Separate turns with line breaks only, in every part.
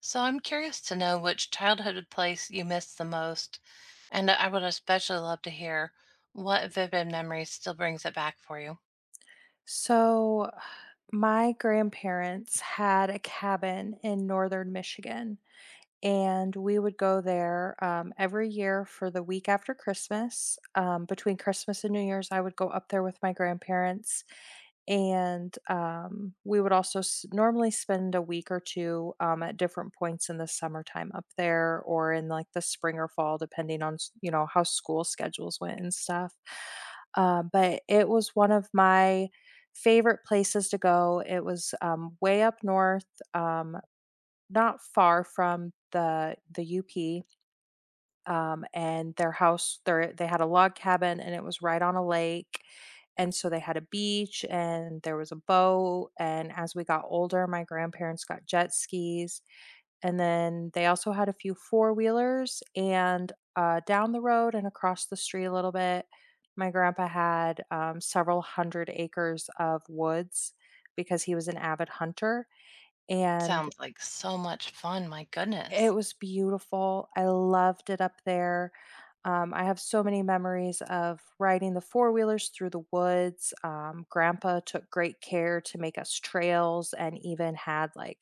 So I'm curious to know which childhood place you miss the most, and I would especially love to hear what vivid memory still brings it back for you.
So, my grandparents had a cabin in northern Michigan, and we would go there every year for the week after Christmas. Between Christmas and New Year's, I would go up there with my grandparents, and we would also normally spend a week or two at different points in the summertime up there, or in like the spring or fall, depending on you know how school schedules went and stuff. But it was one of my favorite places to go. It was way up north. Um, Not far from the UP, and their house their they had a log cabin and it was right on a lake, and so they had a beach and there was a boat, and as we got older, my grandparents got jet skis, and then they also had a few four-wheelers, and, down the road and across the street a little bit, my grandpa had, several hundred acres of woods because he was an avid hunter, and
Sounds like so much fun, my
it
goodness.
was beautiful. I loved it up there. I have so many memories of riding the four wheelers through the woods. Grandpa took great care to make us trails and even had like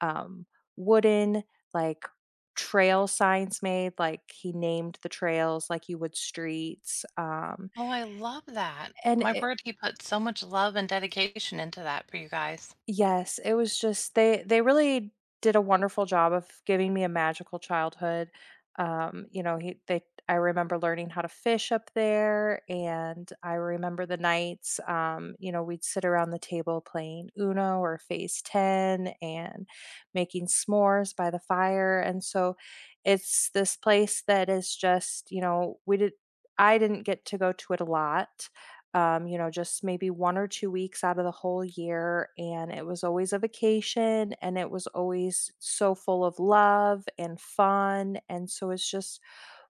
um, wooden, like trail signs made like he named the trails like you would streets
Oh, I love that.
and
My word, he put so much love and dedication into that for you guys.
yes, it was just they really did a wonderful job of giving me a magical childhood. You know, he they I remember learning how to fish up there and I remember the nights you know, we'd sit around the table playing Uno or Phase 10 and making s'mores by the fire. And so it's this place that is just, you know, we did I didn't get to go to it a lot you know, just maybe 1 or 2 weeks out of the whole year. And it was always a vacation and it was always so full of love and fun. And so it's just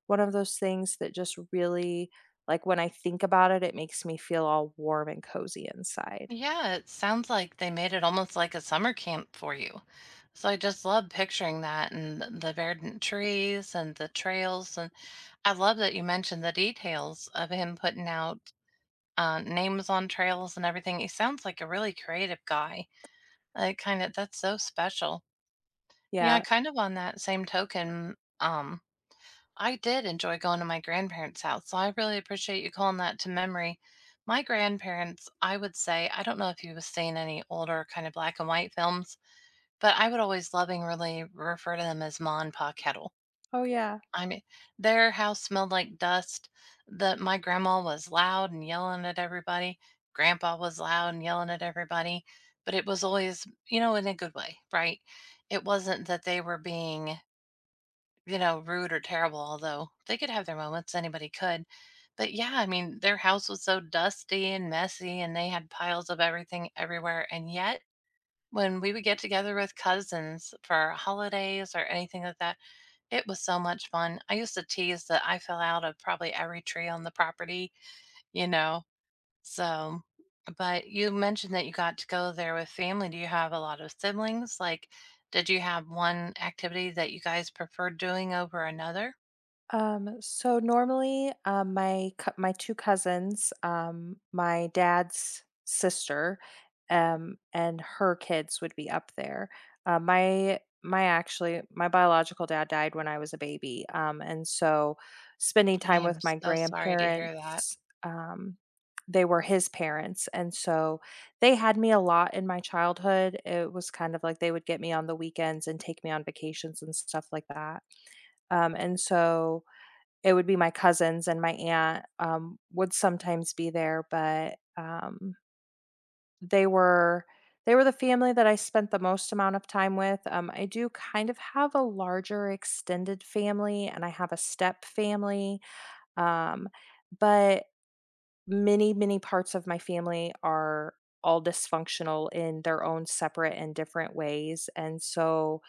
one of those things that just really, like, when I think about it, it makes me feel all warm and cozy inside.
Yeah, it sounds like they made it almost like a summer camp for you. So I just love picturing that and the verdant trees and the trails, and I love that you mentioned the details of him putting out names on trails and everything. He sounds like a really creative guy. Like, kind of, that's so special. Yeah,
Yeah.
kind of on that same token, um, I did enjoy going to my grandparents' house, so I really appreciate you calling that to memory. My grandparents, I would say, I don't know if you've seen any older kind of black and white films, but I would always lovingly refer to them as Ma and Pa Kettle.
Oh, yeah.
I mean, their house smelled like dust. The My grandma was loud and yelling at everybody. Grandpa was loud and yelling at everybody, but it was always, in a good way, right? It wasn't that they were being, rude or terrible, although they could have their moments, anybody could. But yeah, I mean, their house was so dusty and messy and they had piles of everything everywhere. And yet, when we would get together with cousins for holidays or anything like that, it was so much fun. I used to tease that I fell out of probably every tree on the property, you know, so, but you mentioned that you got to go there with family. Do you have a lot of siblings? Like, did you have one activity that you guys preferred doing over another?
So normally, my 2 cousins, my dad's sister, and her kids would be up there. My my actually my biological dad died when I was a baby, and so spending
I
time with
am
my
so sorry to hear that.
grandparents, um, they were his parents, and so they had me a lot in my childhood. It was kind of like they would get me on the weekends and take me on vacations and stuff like that. And so it would be my cousins and my aunt, would sometimes be there, but, they were they were the family that I spent the most amount of time with, I do kind of have a larger extended family, and I have a step family, um, but many, many parts of my family are all dysfunctional in their own separate and different ways, and so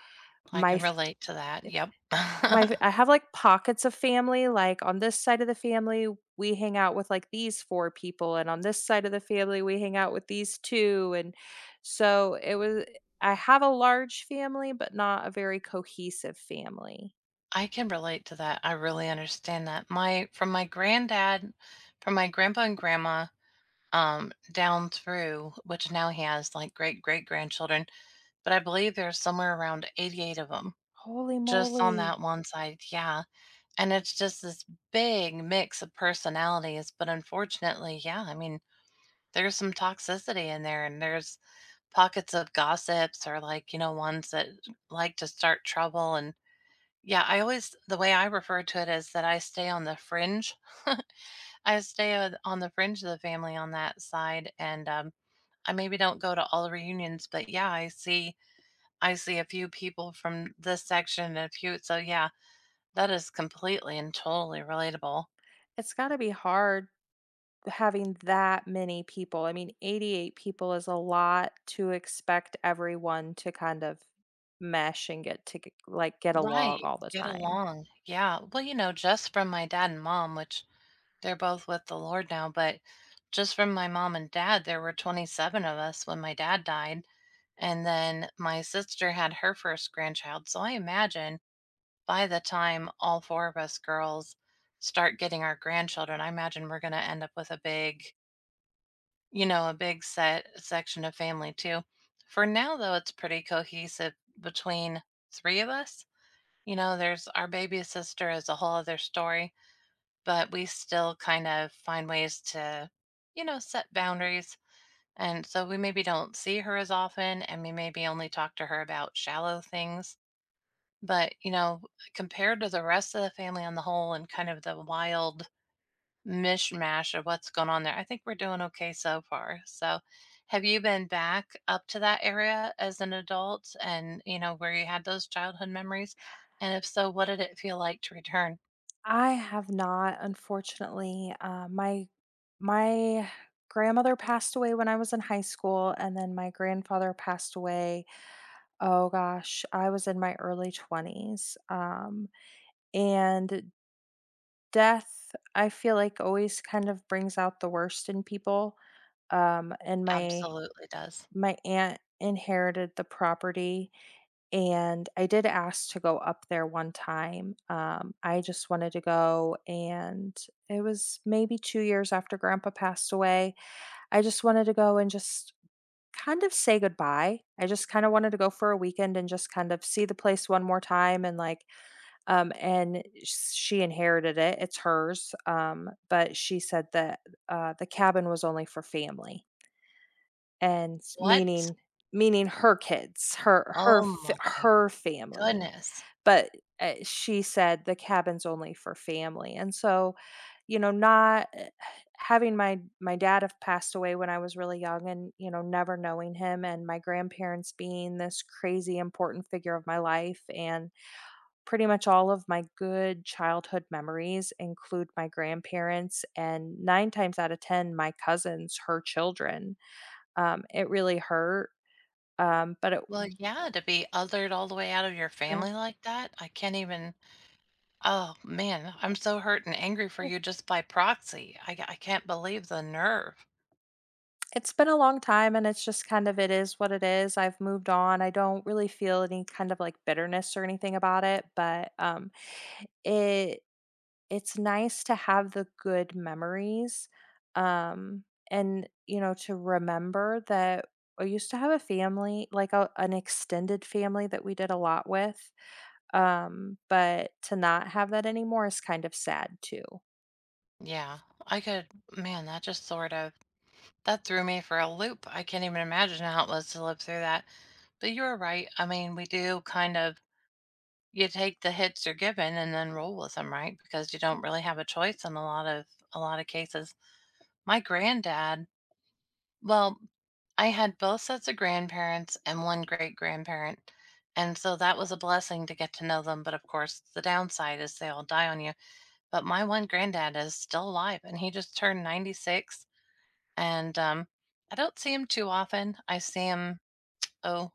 I
my
can relate to that. Yep.
My
I
f I have, like, pockets of family, like, on this side of the family, we hang out with, like, these 4 people, and on this side of the family, we hang out with these 2, and so it was I have a large family, but not a very cohesive family.
can relate to that. I really understand that. My From my granddad, from my grandpa and grandma, down through, which now he has like great great grandchildren, but I believe there's somewhere around 88 of them
Holy
just on
moly.
that one side. Yeah. And it's just this big mix of personalities. But unfortunately, yeah, I mean, there's some toxicity in there and there's pockets of gossips, or like, you know, ones that like to start trouble. And yeah, I always, the way I refer to it is that I stay on the fringe. I stay on the fringe of the family on that side. And, I maybe don't go to all the reunions, but yeah, I see a few people from this section and a few, so yeah, that is completely and totally relatable.
It's gotta be hard having that many people. I mean, 88 people is a lot to expect everyone to kind of mesh and get to g like, get along
Right.
all the
Get
time.
along. Yeah. Well, you know, just from my dad and mom, which they're both with the Lord now, but just from my mom and dad, there were 27 of us when my dad died. And then my sister had her first grandchild. So I imagine by the time all four of us girls start getting our grandchildren, I imagine we're going to end up with a big, you know, a big set section of family too. For now, though, it's pretty cohesive between three of us. You know, there's, our baby sister is a whole other story, but we still kind of find ways to, you know, set boundaries. And so we maybe don't see her as often, and we maybe only talk to her about shallow things, but, you know, compared to the rest of the family on the whole, and kind of the wild mishmash of what's going on there, I think we're doing okay so far. So, have you been back up to that area as an adult, and, you know, where you had those childhood memories? And if so, what did it feel like to return?
I have not, unfortunately. My grandmother passed away when I was in high school, and then my grandfather passed away. Oh gosh, I was in my early 20s. And death, I feel like, always kind of brings out the worst in people. And my
Absolutely does.
my aunt inherited the property and I did ask to go up there one time. I just wanted to go, and it was maybe 2 years after grandpa passed away. I just wanted to go and just kind of say goodbye. I just kinda wanted to go for a weekend and just kind of see the place one more time and, like, and sh she inherited it, it's hers, but she said that, the cabin was only for family. And
What?
meaning her kids,
Oh my
her family,
goodness.
but, she said the cabin's only for family, and so, you know, not eh, having my dad have passed away when I was really young and, you know, never knowing him and my grandparents being this crazy important figure of my life, and pretty much all of my good childhood memories include my grandparents and 9 times out of 10, my cousins, her children. It really hurt, but it
Well, yeah, to be othered all the way out of your
Uh,
family like that, I can't even. Oh, man, I'm so hurt and angry for
eh.
you just by proxy. I can't believe the nerve.
it's been a long time and it's just kind of it is what it is. I've moved on. I don't really feel any kind of like bitterness or anything about it, but it it's nice to have the good memories. Um and you know to remember that I used to have a family, like a, an extended family that we did a lot with. But to not have that anymore is kind of sad too.
Yeah, I could, man, that just sort of, that threw me for a loop. I can't even imagine how it was to live through that. But you're right. I mean, we do kind of, you take the hits you're given and then roll with them, right? Because you don't really have a choice in a lot of cases. My granddad Well, I had both sets of grandparents and one great grandparent. And so that was a blessing to get to know them. But of course, the downside is they all die on you. But my one granddad is still alive and he just turned 96. And I don't see him too often. I see him, oh,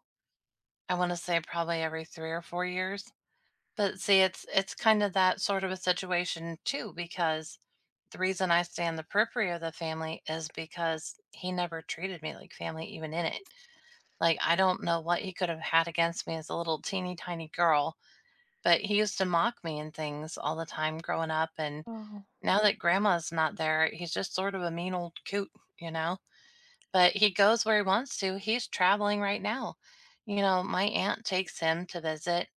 I want to say probably every 3 or 4 years. But see, it's kind of that sort of a situation too, because the reason I stay on the periphery of the family is because he never treated me like family, even in it. Like, I don't know what he could have had against me as a little teeny tiny girl, but he used to mock me and things all the time growing up. And
Oh.
now that grandma's not there, he's just sort of a mean old coot, you know? But he goes where he wants to. He's traveling right now. You know, my aunt takes him to visit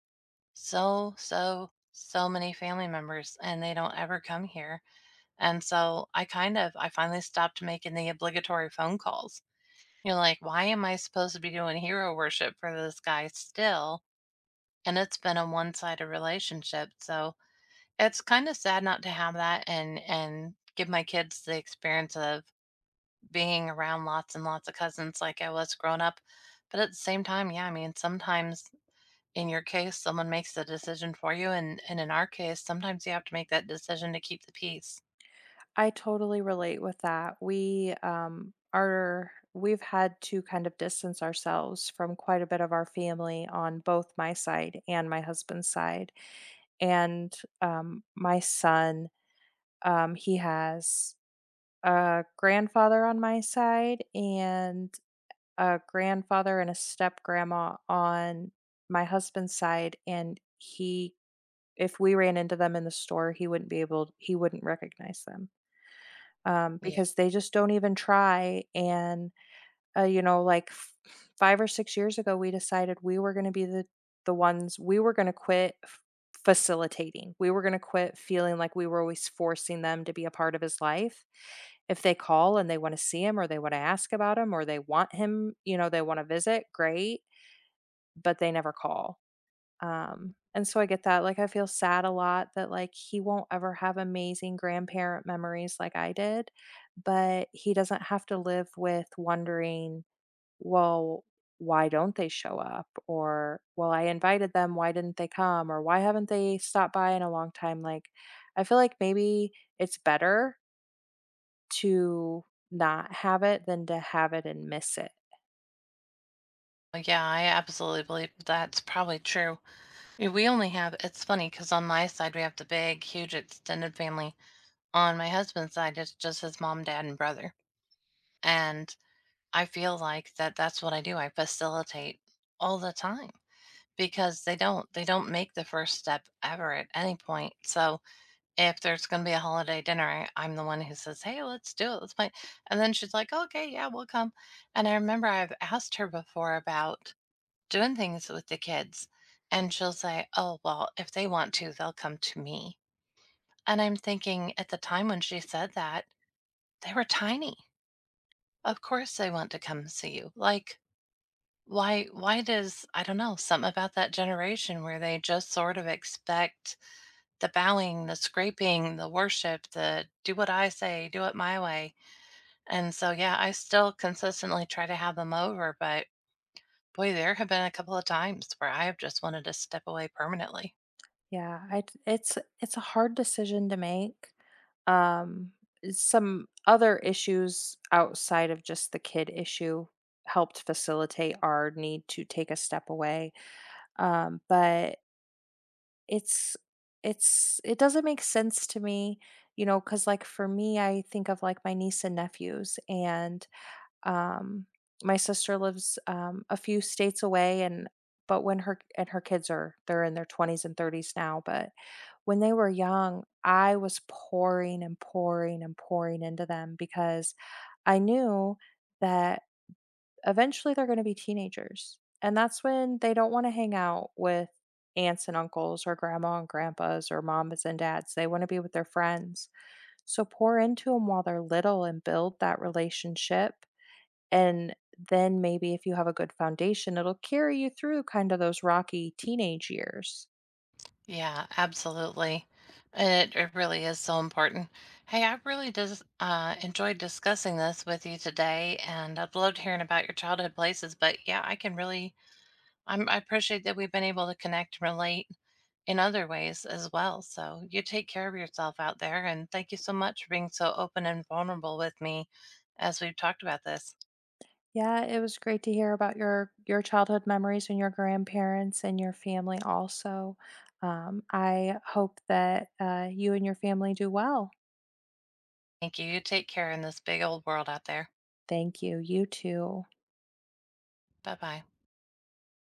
so, so, so many family members, and they don't ever come here. And so I kind of, I finally stopped making the obligatory phone calls. You're like, why am I supposed to be doing hero worship for this guy still? And it's been a one-sided relationship. So it's kind of sad not to have that and give my kids the experience of being around lots and lots of cousins like I was growing up. But at the same time, yeah, I mean, sometimes in your case, someone makes the decision for you, and in our case, sometimes you have to make that decision to keep the peace.
I totally relate with that. We've had to kind of distance ourselves from quite a bit of our family on both my side and my husband's side. And my son, he has a grandfather on my side and a grandfather and a step grandma on my husband's side and he if we ran into them in the store, he wouldn't recognize them
Yeah,
because they just don't even try. And you know, like 5 or 6 years ago, we decided we were going to be the ones we were going to quit facilitating. We were going to quit feeling like we were always forcing them to be a part of his life. If they call and they want to see him, or they want to ask about him, or they want him, you know, they want to visit, great. But they never call. And so I get that, like, I feel sad a lot that, like, he won't ever have amazing grandparent memories like I did, but he doesn't have to live with wondering, "Well, why don't they show up?" or, "Well, I invited them, why didn't they come?" or, "Why haven't they stopped by in a long time?" Like, I feel like maybe it's better to not have it than to have it and miss it.
yeah, I absolutely believe that's probably true. Yeah, we only have, it's funny because on my side, we have the big, huge extended family. On my husband's side, it's just his mom, dad, and brother. And I feel like that that's what I do. I facilitate all the time because they don't make the first step ever at any point, so if there's going to be a holiday dinner, I, I'm the one who says, hey, let's do it, let's play, and then she's like, okay, yeah, we'll come. And I remember I've asked her before about doing things with the kids. And she'll say, oh, well, if they want to, they'll come to me. And I'm thinking, at the time when she said that, they were tiny. Of course they want to come see you. Like, why does, I don't know, something about that generation where they just sort of expect the bowing, the scraping, the worship, the do what I say, do it my way. And so yeah, I still consistently try to have them over, but boy, there have been a couple of times where I have just wanted to step away permanently.
Yeah, I d it's a hard decision to make. Um, some other issues outside of just the kid issue helped facilitate our need to take a step away. But it's it's it doesn't make sense to me, you know, because like, for me, I think of, like, my niece and nephews, and, um, my sister lives, a few states away, and but when her and her kids are they're in their 20s and 30s now, but when they were young, I was pouring and pouring and pouring into them because I knew that eventually they're going to be teenagers. And that's when they don't want to hang out with aunts and uncles or grandma and grandpas or mamas and dads. They want to be with their friends. So pour into them while they're little and build that relationship. And then maybe if you have a good foundation, it'll carry you through kind of those rocky teenage years.
Yeah, absolutely. And it really is so important. Hey, I really just enjoyed discussing this with you today, and I've loved hearing about your childhood places. But yeah, I can really, I'm, I appreciate that we've been able to connect and relate in other ways as well. So you take care of yourself out there, and thank you so much for being so open and vulnerable with me as we've talked about this.
Yeah, it was great to hear about your childhood memories and your grandparents and your family also. I hope that you and your family do well.
Thank you. You take care in this big old world out there.
Thank you. You too.
Bye bye.